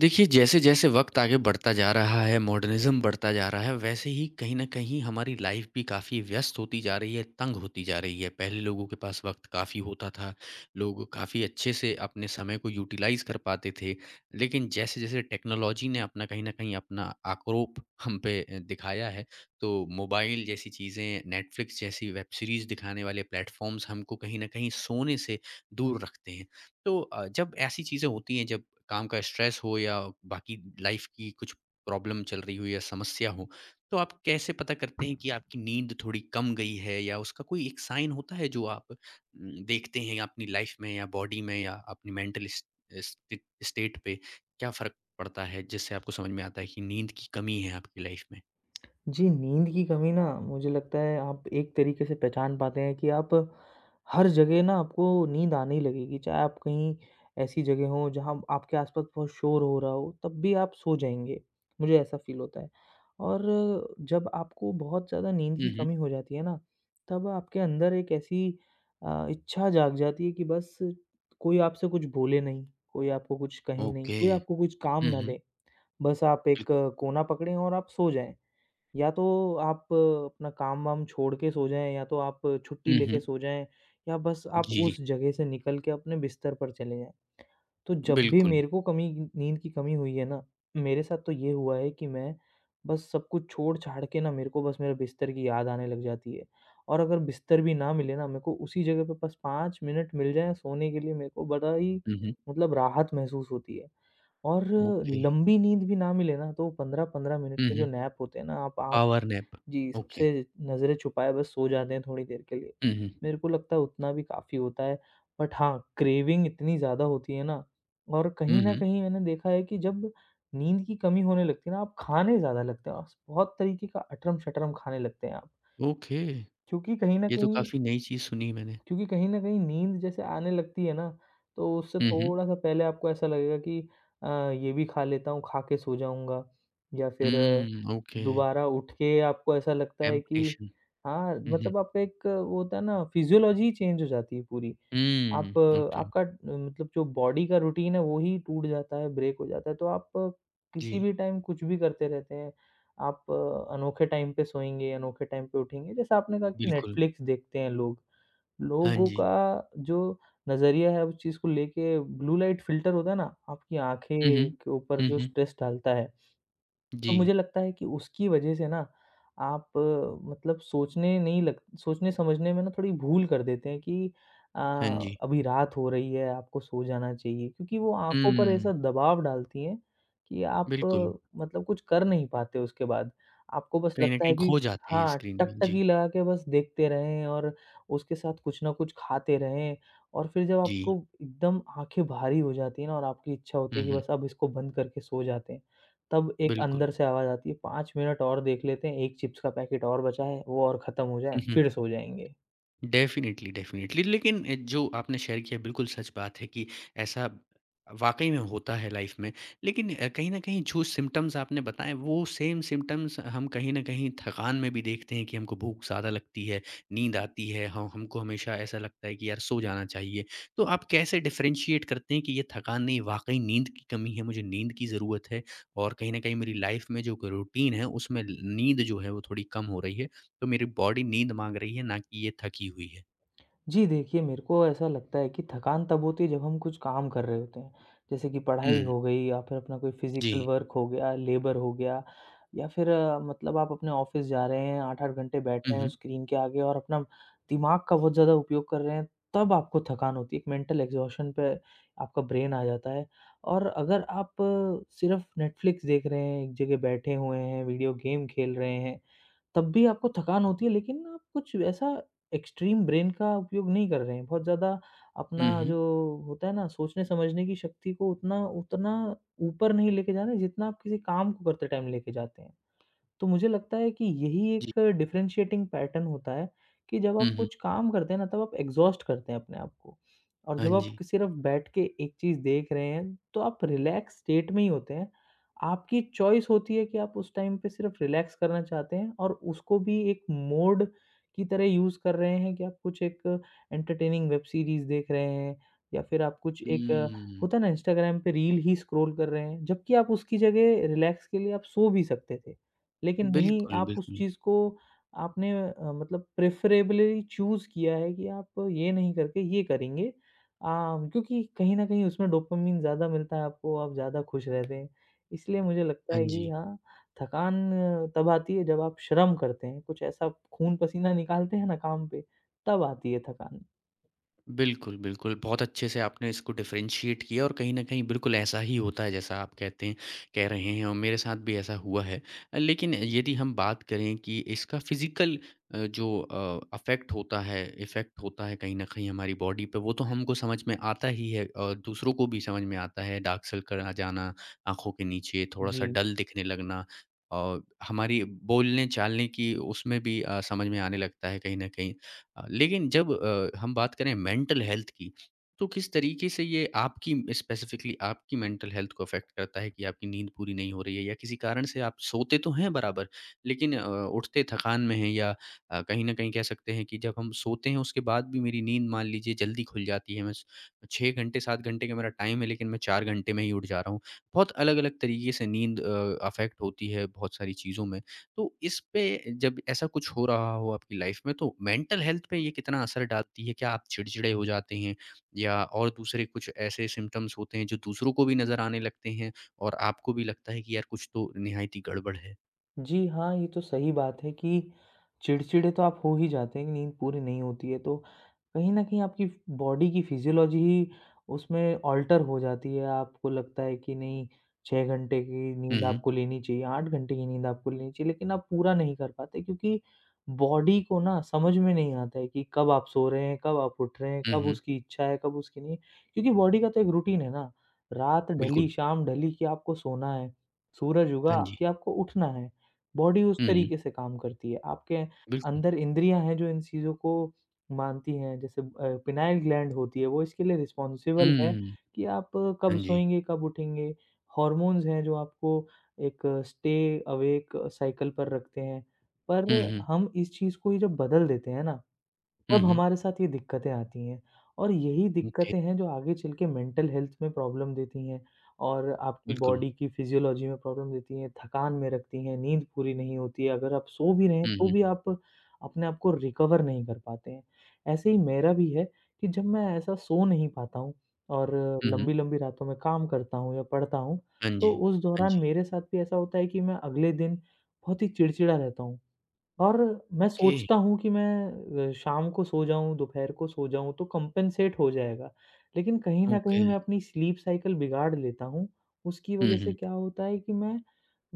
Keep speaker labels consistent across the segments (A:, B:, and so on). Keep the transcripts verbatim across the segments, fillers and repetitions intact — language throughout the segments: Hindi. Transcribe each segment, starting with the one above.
A: देखिए, जैसे-जैसे वक़्त आगे बढ़ता जा रहा है, मॉडर्निज़्म बढ़ता जा रहा है, वैसे ही कहीं न कहीं हमारी लाइफ़ भी काफ़ी व्यस्त होती जा रही है, तंग होती जा रही है। पहले लोगों के पास वक़्त काफ़ी होता था, लोग काफ़ी अच्छे से अपने समय को यूटिलाइज़ कर पाते थे। लेकिन जैसे-जैसे टेक्नोलॉजी ने अपना कहीं न कहीं अपना आक्रोप हम पे अ, दिखाया है, तो मोबाइल जैसी चीज़ें, नेटफ्लिक्स जैसी वेब सीरीज़ दिखाने वाले प्लेटफ़ॉर्म्स हमको कहीं न कहीं सोने से दूर रखते हैं। तो अ, जब ऐसी चीज़ें होती हैं, जब काम का स्ट्रेस हो या बाकी लाइफ की कुछ प्रॉब्लम चल रही हो या समस्या हो, तो आप कैसे पता करते हैं कि आपकी नींद थोड़ी कम गई है या उसका कोई एक साइन होता है जो आप उम, देखते हैं अपनी लाइफ में या बॉडी में या अपनी मेंटल इस, स्टे- स्टेट पे क्या फ़र्क पड़ता है जिससे आपको समझ में आता है कि नींद की कमी है आपकी लाइफ में?
B: जी, नींद की कमी ना मुझे लगता है आप एक तरीके से पहचान पाते हैं कि आप हर जगह ना आपको नींद आने ही लगेगी। चाहे आप कहीं ऐसी जगह हो जहाँ आपके आस-पास बहुत शोर हो रहा हो, तब भी आप सो जाएँगे। मुझे ऐसा फ़ील होता है और जब आपको बहुत ज़्यादा नींद
A: हुँ,
B: की
A: हुँ।
B: कमी हो जाती है ना, तब आपके अंदर एक ऐसी अ, इच्छा जाग जाती है कि बस कोई आपसे कुछ बोले नहीं, कोई आपको कुछ कहे नहीं,
A: ओके।
B: कोई आपको कुछ काम
A: हुँ,
B: ना
A: हुँ।
B: दे। बस आप एक कोना पकड़ें और आप सो जाएँ। या तो आप अपना काम-वाम छोड़ के सो जाएँ, या तो आप छुट्टी
A: हुँ,
B: लेके
A: हुँ।
B: सो जाएँ, या बस आप
A: जी,
B: उस जगह से निकल के अपने बिस्तर पर चले जाएँ। तो जब भी
A: बिल्कुल।
B: मेरे को कमी नींद की कमी हुई है ना, मेरे साथ तो ये हुआ है कि मैं बस सब कुछ छोड़-छाड़ के ना, मेरे को बस मेरे बिस्तर की याद आने लग जाती है। और अगर बिस्तर भी ना मिले ना, मेरे को उसी जगह पे बस पाँच मिनट मिल जाएँ सोने के लिए, मेरे को बड़ा ही
A: हुँ, हुँ।
B: मतलब राहत महसूस होती है। और
A: ओके।
B: लंबी नींद भी ना मिले ना, तो पंद्रह पंद्रह मिनट
A: हुँ,
B: के जो
A: हुँ।
B: नैप होते हैं ना, आप आँख
A: पावर नैप।
B: जी,
A: ओके।
B: सबसे नज़रें छुपाए बस सो जाते हैं थोड़ी देर के लिए।
A: हुँ, हुँ।
B: मेरे को लगता है उतना भी काफ़ी होता है, बट हाँ, क्रेविंग इतनी ज़्यादा होती है ना। और
A: हुँ,
B: कहीं न
A: हुँ।
B: कहीं मैंने देखा है कि जब नींद की कमी होने लगती है ना, आप खाने ज़्यादा लगते हैं, आप बहुत तरीके का अटरम-शटरम खाने लगते हैं आप।
A: ओके,
B: क्योंकि कहीं न
A: ये तो
B: कहीं
A: काफ़ी नई चीज़ सुनी मैंने।
B: क्योंकि कहीं न कहीं नींद जैसे आने लगती है ना, तो उससे
A: हुँ, हुँ।
B: थोड़ा-सा पहले आपको ऐसा लगेगा कि अ, ये भी खा लेता हूँ, खा के सो जाऊँगा, या फिर अ,
A: हुँ, ओके,
B: दोबारा उठ के आपको ऐसा लगता है कि
A: टेम्पटेशन।
B: हाँ,
A: हुँ, हुँ।
B: मतलब आपका एक वो होता है ना, फिज़ियोलॉजी ही चेंज हो जाती है पूरी।
A: हुँ,
B: आप अ,
A: ओके।
B: आपका अ, मतलब जो बॉडी का रूटीन है, वो ही टूट जाता है, ब्रेक हो जाता है, तो आप अ,
A: जी,
B: किसी भी टाइम कुछ भी करते रहते हैं। आप अ, अनोखे टाइम पे सोएँगे, अनोखे टाइम पे उठेंगे। जैसे आपने कहा कि
A: बिल्कुल।
B: नेटफ्लिक्स देखते हैं लोग।
A: हाँ
B: लोगों
A: जी।
B: का जो नज़रिया है उस चीज़ को लेके, ब्लू लाइट फ़िल्टर होता है ना, आपकी आँखें
A: हुँ, हुँ।
B: के ऊपर
A: हुँ,
B: जो
A: हुँ।
B: स्ट्रेस डालता है, तो
A: जी,
B: मुझे लगता है कि उसकी वजह से ना, आप अ, मतलब सोचने नहीं लग, सोचने समझने में ना थोड़ी भूल कर देते हैं कि अ,
A: हाँ जी।
B: अभी रात हो रही है, आपको सो जाना चाहिए, क्योंकि वो आँखों पर
A: हुँ,
B: ऐसा दबाव डालती हैं कि आप
A: बिल्कुल।
B: अ, मतलब कुछ कर नहीं पाते उसके बाद। आपको बस
A: कहीं न
B: लगता है
A: कहीं
B: कि
A: खो जाते हैं
B: हाँ,
A: स्क्रीन में। जी,
B: टकटकी लगा के बस देखते रहें और उसके साथ कुछ ना कुछ खाते रहें, और फिर जब
A: जी।
B: आपको एकदम आँखें भारी हो जाती हैं ना, और आपकी इच्छा होती
A: हुँ,
B: है कि
A: हुँ,
B: बस अब इसको बंद करके सो जाते हैं। तब एक
A: बिल्कुल।
B: अंदर से आवाज़ आती है, पाँच मिनट और देख लेते हैं, एक चिप्स का पैकेट और बचा है, वो और ख़त्म हो जाए, फिर सो जाएँगे।
A: डेफ़िनिटली, डेफ़िनिटली, लेकिन ए, जो आपने शेयर किया बिल्कुल सच बात है कि ऐसा वाक़ई में होता है लाइफ़ में। लेकिन अ, कहीं न कहीं जो सिम्पटम्स आपने बताएँ वो सेम सिम्पटम्स हम कहीं न कहीं थकान में भी देखते हैं कि हमको भूख ज़्यादा लगती है, नींद आती है, ह हमको हमेशा ऐसा लगता है कि यार सो जाना चाहिए। तो आप कैसे डिफ़रेंशिएट करते हैं कि ये थकान नहीं वाक़ई नींद की कमी है, मुझे नींद की ज़रूरत है और कहीं न कहीं मेरी लाइफ़ में जो क रूटीन है उसमें ल नींद जो है वो थोड़ी कम हो रही है। तो मेरी बॉडी नींद माँग रही है, ना कि ये थकी हुई है।
B: जी, देखिए, मेरे को ऐसा लगता है कि थकान तब होती है जब हम कुछ काम कर रहे होते हैं। जैसे कि पढ़ाई
A: हुँ,
B: हो गई, या फिर अपना कोई
A: जी।
B: फ़िज़िकल वर्क हो गया, लेबर हो गया, या फिर अ, मतलब आप अपने ऑफ़िस जा रहे हैं, आठ आठ घंटे बैठ
A: हुँ,
B: रहे हैं उस
A: हुँ।
B: स्क्रीन के आगे और अपना दिमाग का बहुत ज़्यादा उपयोग कर रहे हैं, तब आपको थकान होती है। एक मेंटल एग्ज़ॉशन पे आपका ब्रेन आ जाता है। और अगर आप सिर्फ़ नेटफ्लिक्स देख रहे हैं, एक जगह बैठे हुए हैं, वीडियो गेम खेल रहे हैं, तब भी आपको थकान होती है, लेकिन आप कुछ ऐसा एक्सट्रीम ब्रेन का उपयोग नहीं कर रहे हैं। बहुत ज़्यादा अपना
A: हुँ, हुँ।
B: जो होता है ना, सोचने समझने की शक्ति को, उतना उतना ऊपर नहीं लेके जा रहे हैं जितना आप किसी काम को करते टाइम लेके जाते हैं। तो मुझे लगता है कि यही
A: जी।
B: एक डिफरेंशिएटिंग पैटर्न होता है कि जब
A: हुँ,
B: आप
A: हुँ।
B: कुछ काम करते हैं ना, तब आप एग्ज़ॉस्ट करते हैं अपने आप को, और
A: हाँ
B: जब आप
A: जी।
B: सिर्फ़ बैठ के एक चीज़ देख रहे हैं, तो आप रिलैक्स स्टेट में ही होते हैं। आपकी चॉइस होती है कि आप उस टाइम पे सिर्फ़ रिलैक्स करना चाहते हैं, और उसको भी एक मोड की तरह यूज़ कर रहे हैं कि आप कुछ एक एंटरटेनिंग वेब सीरीज़ देख रहे हैं, या फिर आप कुछ एक अ,
A: हुँ,
B: होता है ना, इंस्टाग्राम पे रील ही स्क्रॉल कर रहे हैं, जबकि आप उसकी जगह रिलैक्स के लिए आप सो भी सकते थे। लेकिन नहीं,
A: बिल्कुल,
B: आप उस
A: बिल्कुल।
B: चीज़ को आपने अ, मतलब प्रेफ़रेबली चूज़ किया है कि आप ये नहीं करके ये करेंगे। अ, क्योंकि कहीं न कहीं उसमें डोपामाइन ज़्यादा मिलता है आपको, आप ज़्यादा खुश रहते हैं। इसलिए मुझे लगता
A: हाँ
B: है कि
A: जी।
B: हाँ, थकान अ, तब आती है जब आप श्रम करते हैं, कुछ ऐसा खून-पसीना निकालते हैं ना काम पे, तब आती है थकान।
A: बिल्कुल, बिल्कुल। बहुत अच्छे से आपने इसको डिफरेंशिएट किया और कहीं न कहीं बिल्कुल ऐसा ही होता है जैसा आप कहते हैं कह रहे हैं, और मेरे साथ भी ऐसा हुआ है। अ, लेकिन यदि हम बात करें कि इसका फ़िज़िकल अ, जो अ, अफ़ेक्ट होता है इफ़ेक्ट होता है कहीं न कहीं हमारी बॉडी पे, वो तो हमको समझ में आता ही है और दूसरों को भी समझ में आता है। डार्क सर्कल आ जाना, आँखों के नीचे
B: जी।
A: थोड़ा-सा डल दिखने लगना और हमारी बोलने-चालने की उसमें भी अ, समझ में आने लगता है कहीं न कहीं। अ, लेकिन जब अ, हम बात करें मेंटल हेल्थ की, तो किस तरीके से ये आपकी स्पेसिफ़िकली आपकी मेंटल हेल्थ को अफ़ेक्ट करता है कि आपकी नींद पूरी नहीं हो रही है या किसी कारण से आप सोते तो हैं बराबर, लेकिन अ, उठते थकान में हैं, या अ, कहीं न कहीं कह सकते हैं कि जब हम सोते हैं उसके बाद भी मेरी नींद मान लीजिए जल्दी खुल जाती है। मैं स छह घंटे सात घंटे का मेरा टाइम है, लेकिन मैं चार घंटे में ही उठ जा रहा हूँ। बहुत अलग-अलग तरीके से नींद अ, अफ़ेक्ट होती है बहुत सारी चीज़ों में। तो इस पे, जब ऐसा कुछ हो रहा हो आपकी लाइफ में, तो मेंटल हेल्थ पे ये कितना असर डालती है? क्या आप चिड़चिड़े हो जाते हैं या और दूसरे कुछ ऐसे सिम्पटम्स होते हैं जो दूसरों को भी नज़र आने लगते हैं और आपको भी लगता है कि यार कुछ तो निहायती गड़बड़ है?
B: जी हाँ, ये तो सही बात है कि चिड़चिड़े तो आप हो ही जाते हैं कि नींद पूरी नहीं होती है, तो कहीं न कहीं आपकी बॉडी की फिज़ियोलॉजी ही उसमें अल्टर हो जाती है। आपको लगता है कि नहीं, छह घंटे की
A: हुँ,
B: नींद
A: हुँ।
B: आपको लेनी चाहिए, आठ घंटे की नींद आपको लेनी चाहिए, लेकिन आप पूरा नहीं कर पाते, क्योंकि बॉडी को ना समझ में नहीं आता है कि कब आप सो रहे हैं, कब आप उठ रहे हैं,
A: हुँ,
B: कब
A: हुँ।
B: उसकी इच्छा है, कब उसकी नहीं। क्योंकि बॉडी का तो एक रूटीन है ना, रात ढली,
A: बिल्कुल।
B: शाम ढली कि आपको सोना है, सूरज
A: हाँ
B: उगा
A: जी।
B: कि आपको उठना है। बॉडी उस
A: हुँ, हुँ।
B: तरीके से काम करती है। आपके
A: बिल्कुल।
B: अंदर इंद्रियाँ हैं जो इन चीज़ों को मानती हैं। जैसे अ, पिनाइल ग्लैंड होती है, वो इसके लिए रिस्पॉन्सिबल है
A: हुँ।
B: कि आप कब
A: हाँ जी।
B: सोएँगे, कब उठेंगे। हॉर्मोन्स हैं जो आपको एक स्टे अवेक साइकिल पर रखते हैं। पर
A: हुँ, हुँ।
B: हम इस चीज़ को ही जब बदल देते हैं ना,
A: हुँ,
B: तब
A: हुँ।
B: हमारे साथ ये दिक्कतें आती हैं, और यही
A: ओके।
B: दिक्कतें हैं जो आगे चल के मेंटल हेल्थ में प्रॉब्लम देती हैं, और आपकी
A: बिल्कुल।
B: बॉडी की फिजियोलॉजी में प्रॉब्लम देती हैं, थकान में रखती हैं, नींद पूरी नहीं होती है, अगर आप सो भी रहे हैं
A: हुँ,
B: तो
A: हुँ।
B: भी आप अपने आप को रिकवर नहीं कर पाते हैं। ऐसे ही मेरा भी है कि जब मैं ऐसा सो नहीं पाता हूँ और
A: हुँ, हुँ।
B: लंबी-लंबी रातों में काम करता हूँ या पढ़ता हूँ,
A: हाँ जी।
B: तो उस
A: हाँ
B: दौरान
A: जी।
B: मेरे साथ भी ऐसा होता है कि मैं अगले दिन बहुत ही चिड़चिड़ा रहता हूँ। और मैं
A: ओके।
B: सोचता हूँ कि मैं अ, शाम को सो जाऊँ, दोपहर को सो जाऊँ तो कम्पेन्सेट हो जाएगा। लेकिन कहीं न कहीं
A: ओके।
B: मैं अपनी स्लीप साइकिल बिगाड़ लेता हूँ। उसकी
A: हुँ,
B: वज़ह से
A: हुँ।
B: क्या होता है कि मैं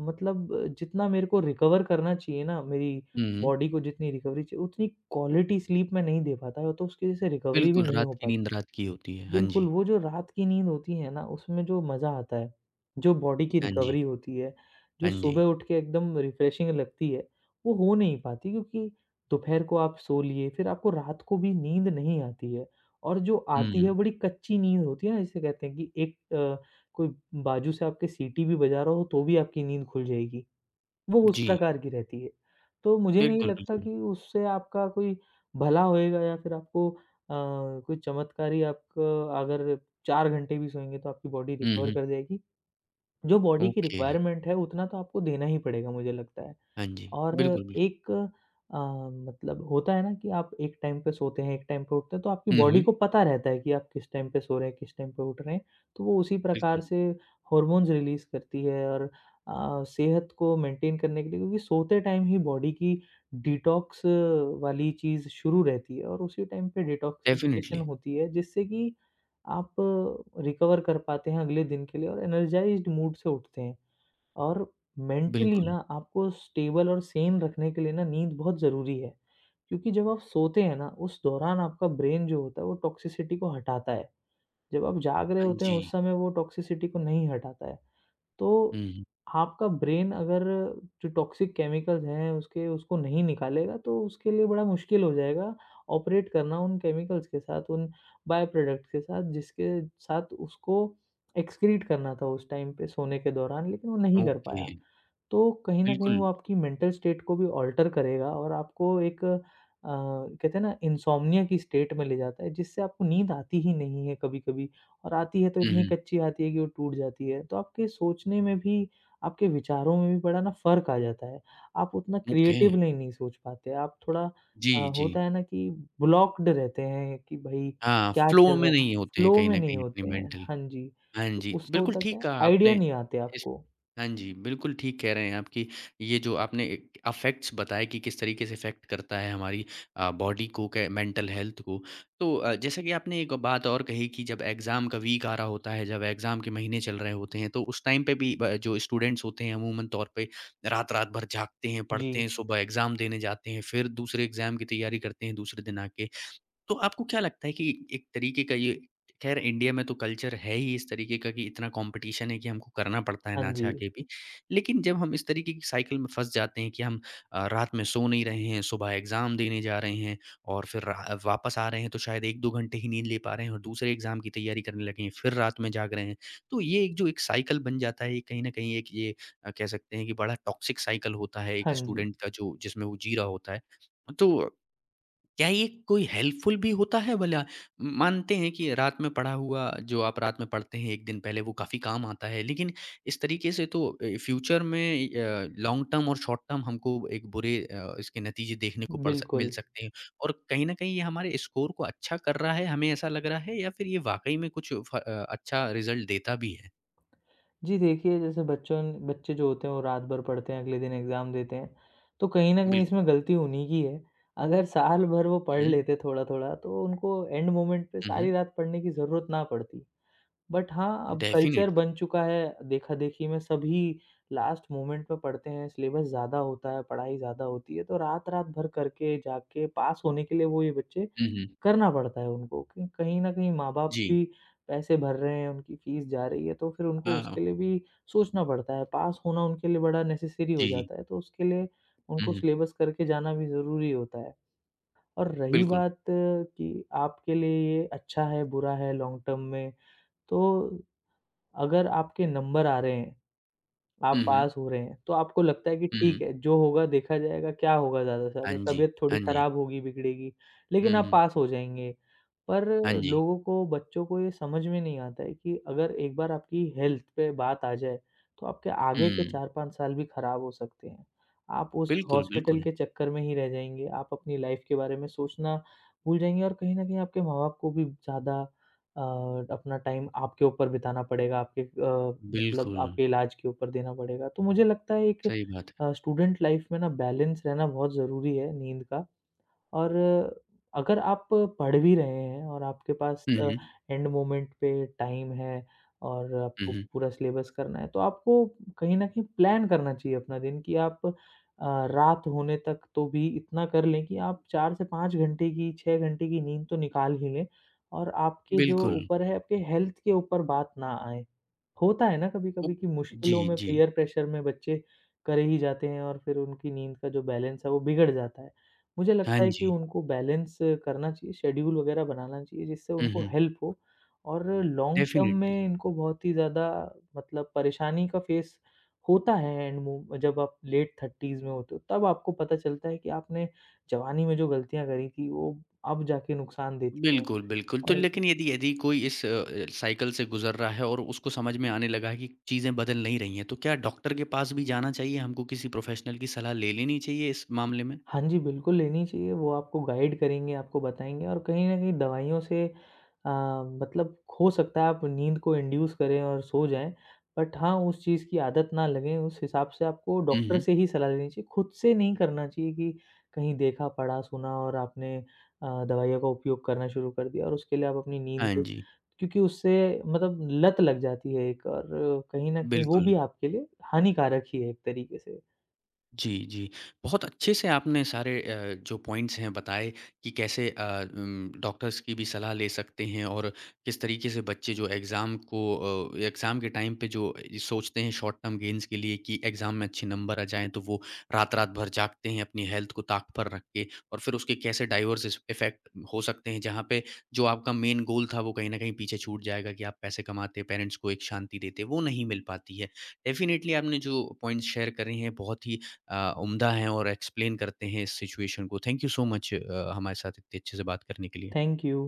B: मतलब अ, जितना मेरे को रिकवर करना चाहिए ना, मेरी
A: हुँ, हुँ।
B: बॉडी को जितनी रिकवरी चाहिए, उतनी क्वालिटी स्लीप मैं नहीं दे पाता, तो उसकी वज़ह से रिकवरी भी
A: बिल्कुल,
B: नहीं हो
A: रात की
B: पाती।
A: नींद रात की होती है। हाँ
B: बिल्कुल,
A: जी।
B: वो जो रात की नींद होती है ना, उसमें जो मज़ा आता है, जो बॉडी की
A: हाँ जी।
B: रिकवरी होती है, जो
A: हाँ जी।
B: सुबह उठ के एकदम रिफ्रेशिंग लगती है, वो हो नहीं पाती, क्योंकि दोपहर को आप सो लिए, फिर आपको रात को भी नींद नहीं आती है, और जो आती है
A: हुँ।
B: बड़ी कच्ची नींद होती है ना, जिसे कहते हैं कि एक अ, कोई बाजू से आपके सीटी भी बजा रहा हो तो भी आपकी नींद खुल जाएगी। वो उस
A: जी,
B: प्रकार की रहती है। तो मुझे नहीं
A: बिल्कुल,
B: लगता
A: बिल्कुल।
B: कि उससे आपका कोई भला होएगा, या फिर आपको अ, कोई चमत्कारी आपको, अगर चार घंटे भी सोएँगे तो आपकी बॉडी
A: हुँ,
B: रिकवर
A: हुँ।
B: कर जाएगी। जो बॉडी की
A: ओके।
B: रिक्वायरमेंट है उतना तो आपको देना ही पड़ेगा, मुझे लगता है।
A: हाँ जी,
B: और
A: बिल्कुल, बिल्कुल।
B: एक अ, मतलब होता है ना कि आप एक टाइम पे सोते हैं, एक टाइम पे उठते हैं, तो आपकी
A: हुँ,
B: बॉडी
A: हुँ।
B: को पता रहता है कि आप किस टाइम पे सो रहे हैं, किस टाइम पे उठ रहे हैं। तो वो उसी प्रकार
A: बिल्कुल,
B: से हॉर्मोन्स रिलीज़ करती है, और अ, सेहत को मेंटेन करने के लिए, क्योंकि सोते टाइम ही बॉडी की डिटॉक्स वाली चीज़ शुरू रहती है, और उसी टाइम पे डिटॉक्सिफ़िकेशन
A: डेफ़िनिटली।
B: होती है, जिससे कि आप रिकवर कर पाते हैं अगले दिन के लिए और एनर्जाइज़्ड मूड से उठते हैं। और मेंटली
A: बिल्कुल।
B: ना आपको स्टेबल और सेम रखने के लिए ना, नींद बहुत ज़रूरी है। क्योंकि जब आप सोते हैं ना, उस दौरान आपका ब्रेन जो होता है वो टॉक्सिसिटी को हटाता है। जब आप जाग रहे
A: हाँ
B: होते हैं
A: जी।
B: उस समय वो टॉक्सिसिटी को नहीं हटाता है। तो
A: हुँ, हुँ।
B: आपका ब्रेन अगर जो टॉक्सिक केमिकल्स हैं उसके उसको नहीं निकालेगा, तो उसके लिए बड़ा मुश्किल हो जाएगा ऑपरेट करना उन केमिकल्स के साथ, उन बाय प्रोडक्ट के साथ जिसके साथ उसको एक्सक्रीट करना था उस टाइम पे सोने के दौरान, लेकिन वो नहीं कर
A: ओके,
B: पाया। तो कहीं न कहीं वो
A: बिल्कुल।
B: आपकी मेंटल स्टेट को भी अल्टर करेगा और आपको एक अ, कहते हैं ना इनसोम्निया की स्टेट में ले जाता है जिससे आपको नींद आती ही नहीं है कभी-कभी और आती है तो
A: हुँ,
B: इतनी
A: हुँ।
B: कच्ची आती है कि वो टूट जाती है। तो आपके सोचने में भी, आपके विचारों में भी बड़ा ना फ़र्क आ जाता है। आप उतना
A: ओके।
B: क्रिएटिवली नहीं सोच पाते। आप थोड़ा
A: जी,
B: अ,
A: जी।
B: होता है ना कि ब्लॉक्ड रहते हैं कि भई
A: हाँ,
B: क्या
A: फ्लो
B: चल
A: में
B: रहा है?
A: नहीं होते हैं
B: फ्लो
A: कहीं
B: में
A: न
B: नहीं
A: कहीं अपनी
B: होते हैं।
A: मेंटल।
B: हाँ जी,
A: हाँ
B: तो
A: जी,
B: उससे
A: बिल्कुल
B: होता क्या
A: ठीक
B: है
A: कहा आपने।
B: आइडिया नहीं आते
A: इस
B: आपको।
A: हाँ जी, बिल्कुल ठीक कह रहे हैं आप कि ये जो आपने अफ़ेक्ट्स बताए कि किस तरीके से इफ़ेक्ट करता है हमारी अ, बॉडी को, कै मेंटल हेल्थ को। तो अ, जैसा कि आपने एक बात और कही कि जब एग्ज़ाम का वीक आ रहा होता है, जब एग्ज़ाम के महीने चल रहे होते हैं, तो उस टाइम पे भी ब जो स्टूडेंट्स होते हैं अमूमन तौर पे रात-रात भर जागते हैं, पढ़ते
B: जी,
A: हैं, सुबह एग्ज़ाम देने जाते हैं, फिर दूसरे एग्ज़ाम की तैयारी करते हैं दूसरे दिन आके। तो आपको क्या लगता है कि एक तरीके का ये, खैर इंडिया में तो कल्चर है ही इस तरीके का कि इतना कंपटीशन है कि हमको करना पड़ता है
B: हाँ
A: ना
B: जी।
A: चाह के भी। लेकिन जब हम इस तरीके की साइकिल में फँस जाते हैं कि हम अ, रात में सो नहीं रहे हैं, सुबह एग्ज़ाम देने जा रहे हैं और फिर रा वापस आ रहे हैं, तो शायद एक दो घंटे ही नींद ले पा रहे हैं और दूसरे एग्ज़ाम की तैयारी करने लगे हैं, फिर रात में जाग रहे हैं। तो ये एक जो एक साइकिल बन जाता है, ये कहीं न कहीं एक ये अ, कह सकते हैं कि बड़ा टॉक्सिक साइकिल होता है
B: हाँ
A: एक
B: जी,
A: स्टूडेंट का जो जिसमें वो जी रहा होता है। तो क्या ये कोई हेल्पफुल भी होता है भला? मानते हैं कि रात में पढ़ा हुआ, जो आप रात में पढ़ते हैं एक दिन पहले, वो काफ़ी काम आता है, लेकिन इस तरीके से तो अ, फ्यूचर में अ, लॉन्ग टर्म और शॉर्ट टर्म हमको एक बुरे अ, इसके नतीजे देखने को पड़ सक मिल
B: बिल्कुल।
A: सकते हैं, और कहीं न कहीं ये हमारे स्कोर को अच्छा कर रहा है, हमें ऐसा लग रहा है, या फिर ये वाक़ई में कुछ फ अ, अच्छा रिज़ल्ट देता भी है?
B: जी देखिए, जैसे बच्चों बच्चे जो होते हैं वो रात भर पढ़ते हैं, अगले दिन एग्ज़ाम देते हैं, तो कहीं न कहीं
A: बिल्कुल।
B: इसमें गलती उन्हीं की है। अगर साल भर वो पढ़
A: हुँ,
B: लेते थोड़ा-थोड़ा तो उनको एंड मोमेंट पे
A: हुँ, हुँ,
B: सारी
A: हुँ।
B: रात पढ़ने की ज़रूरत ना पड़ती। बट हाँ, अब कल्चर
A: डेफ़िनिटली।
B: बन चुका है, देखा-देखी में सभी लास्ट मोमेंट पे पढ़ते हैं, सिलेबस ज़्यादा होता है, पढ़ाई ज़्यादा होती है, तो रात-रात भर करके, जाके पास होने के लिए वो ये बच्चे
A: हुँ, हुँ।
B: करना पड़ता है उनको कि कहीं न कहीं माँ-बाप
A: जी।
B: भी पैसे भर रहे हैं, उनकी फ़ीस जा रही है, तो फिर उनको
A: हाँ,
B: उसके लिए भी सोचना पड़ता है। पास होना उनके लिए बड़ा नेसेसरी हो
A: जी।
B: जाता है, तो उसके लिए
A: हुँ,
B: उनको
A: हुँ।
B: सिलेबस करके जाना भी ज़रूरी होता है। और रही
A: बिल्कुल।
B: बात अ, कि आपके लिए ये अच्छा है, बुरा है लॉन्ग टर्म में, तो अगर आपके नंबर आ रहे हैं आप
A: हुँ, हुँ।
B: पास हो रहे हैं, तो आपको लगता है कि
A: हुँ,
B: ठीक
A: हुँ।
B: है, जो होगा देखा जाएगा, क्या होगा ज़्यादा से
A: हाँ
B: ज़्यादा,
A: जी,
B: तबीयत थोड़ी
A: हाँ जी।
B: खराब होगी, बिगड़ेगी, लेकिन
A: हुँ,
B: आप
A: हुँ।
B: पास हो जाएँगे। पर
A: हाँ जी।
B: लोगों को, बच्चों को ये समझ में नहीं आता है कि अगर एक बार आपकी हेल्थ पे बात आ जाए, तो आपके आगे के
A: हुँ।
B: चार पाँच साल भी खराब हो सकते हैं। आप उस
A: बिल्कुल,
B: हॉस्पिटल
A: बिल्कुल।
B: के चक्कर में ही रह जाएँगे, आप अपनी लाइफ़ के बारे में सोचना भूल जाएँगे और कहीं न कहीं आपके माँ-बाप को भी ज़्यादा अ, अपना टाइम आपके ऊपर बिताना पड़ेगा, आपके अ, मतलब
A: बिल्कुल,
B: आपके इलाज के ऊपर देना पड़ेगा। तो मुझे लगता है एक
A: सही बात है।
B: अ, स्टूडेंट लाइफ में ना बैलेंस रहना बहुत ज़रूरी है नींद का और अगर आप पढ़ भी रहे हैं और आपके पास
A: हुँ,
B: अ,
A: हुँ।
B: एंड मोमेंट पे टाइम है और
A: हुँ,
B: आपको
A: हुँ।
B: पूरा सिलेबस करना है, तो आपको कहीं न कहीं प्लान करना चाहिए अपना दिन कि आप अ, रात होने तक तो भी इतना कर लें कि आप चार से पाँच घंटे की, छह घंटे की नींद तो निकाल ही लें और आपके जो
A: बिल्कुल।
B: ऊपर है, आपके हेल्थ के ऊपर बात ना आए। होता है ना
A: वो
B: कभी-कभी कि
A: जी,
B: मुश्किलों में,
A: जी।
B: पीयर प्रेशर में बच्चे कर ही जाते हैं और फिर उनकी नींद का जो बैलेंस है, वो बिगड़ जाता है। मुझे
A: हाँ
B: लगता है कि
A: जी।
B: उनको बैलेंस करना चाहिए, शेड्यूल वग़ैरह बनाना चाहिए जिससे
A: हुँ,
B: उनको
A: हुँ।
B: हेल्प हो और हुँ। Long term
A: definitely.
B: में इनको बहुत ही ज़्यादा मतलब परेशानी का फेस होता है एंड मू जब आप लेट थर्टीज़ में होते हो, तब आपको पता चलता है कि आपने जवानी में जो गलतियाँ करी थी, वो अब जाके नुकसान देती हैं
A: बिल्कुल, बिल्कुल। तो,
B: और
A: लेकिन यदि यदि कोई इस अ अ, साइकिल से गुज़र रहा है और उसको समझ में आने लगा है कि चीज़ें बदल नहीं रही हैं, तो क्या डॉक्टर के पास भी जाना चाहिए? हमको किसी प्रोफ़ेशनल की सलाह ले लेनी चाहिए इस मामले में?
B: हाँ जी, बिल्कुल लेनी चाहिए। वो आपको गाइड करेंगे, आपको बताएँगे और कहीं न कहीं दवाइयों से अ, मतलब हो सकता है आप नींद को इंड्यूस करें और सो जाएँ। बट हाँ, उस चीज़ की आदत ना लगे, उस हिसाब से आपको
A: हुँ,
B: डॉक्टर
A: हुँ।
B: से ही सलाह लेनी चाहिए। खुद से नहीं करना चाहिए कि कहीं देखा, पढ़ा, सुना और आपने अ, दवाइयों का उपयोग करना शुरू कर दिया और उसके लिए आप अपनी
A: हाँ
B: नींद
A: जी,
B: क्योंकि उससे मतलब लत लग जाती है एक और कहीं न कहीं वो भी
A: बिल्कुल।
B: आपके लिए हानिकारक ही है एक तरीके से।
A: जी, जी। बहुत अच्छे से आपने सारे अ, जो पॉइंट्स हैं बताए कि कैसे अ, उम, डॉक्टर्स की भी सलाह ले सकते हैं, और किस तरीके से बच्चे जो एग्ज़ाम को अ, एग्ज़ाम के टाइम पे जो ये सोचते हैं शॉर्ट टर्म गेन्स के लिए कि एग्ज़ाम में अच्छे नंबर आ जाएँ, तो वो रात-रात भर जागते हैं अपनी हेल्थ को ताक पर रख के, और फिर उसके कैसे डाइवर्स इस इफ़ेक्ट हो सकते हैं, जहाँ पे जो आपका मेन गोल था, वो कहीं न कहीं पीछे छूट जाएगा कि आप पैसे कमाते, पेरेंट्स को एक शांति देते, वो नहीं मिल पाती है। डेफ़िनिटली आपने जो पॉइंट्स शेयर करे हैं, बहुत ही अ, उम्दा हैं और एक्सप्लेन करते हैं इस सिचुएशन को। थैंक यू सो मच अ, हमारे साथ इतने अच्छे से बात करने के लिए।
B: Thank you.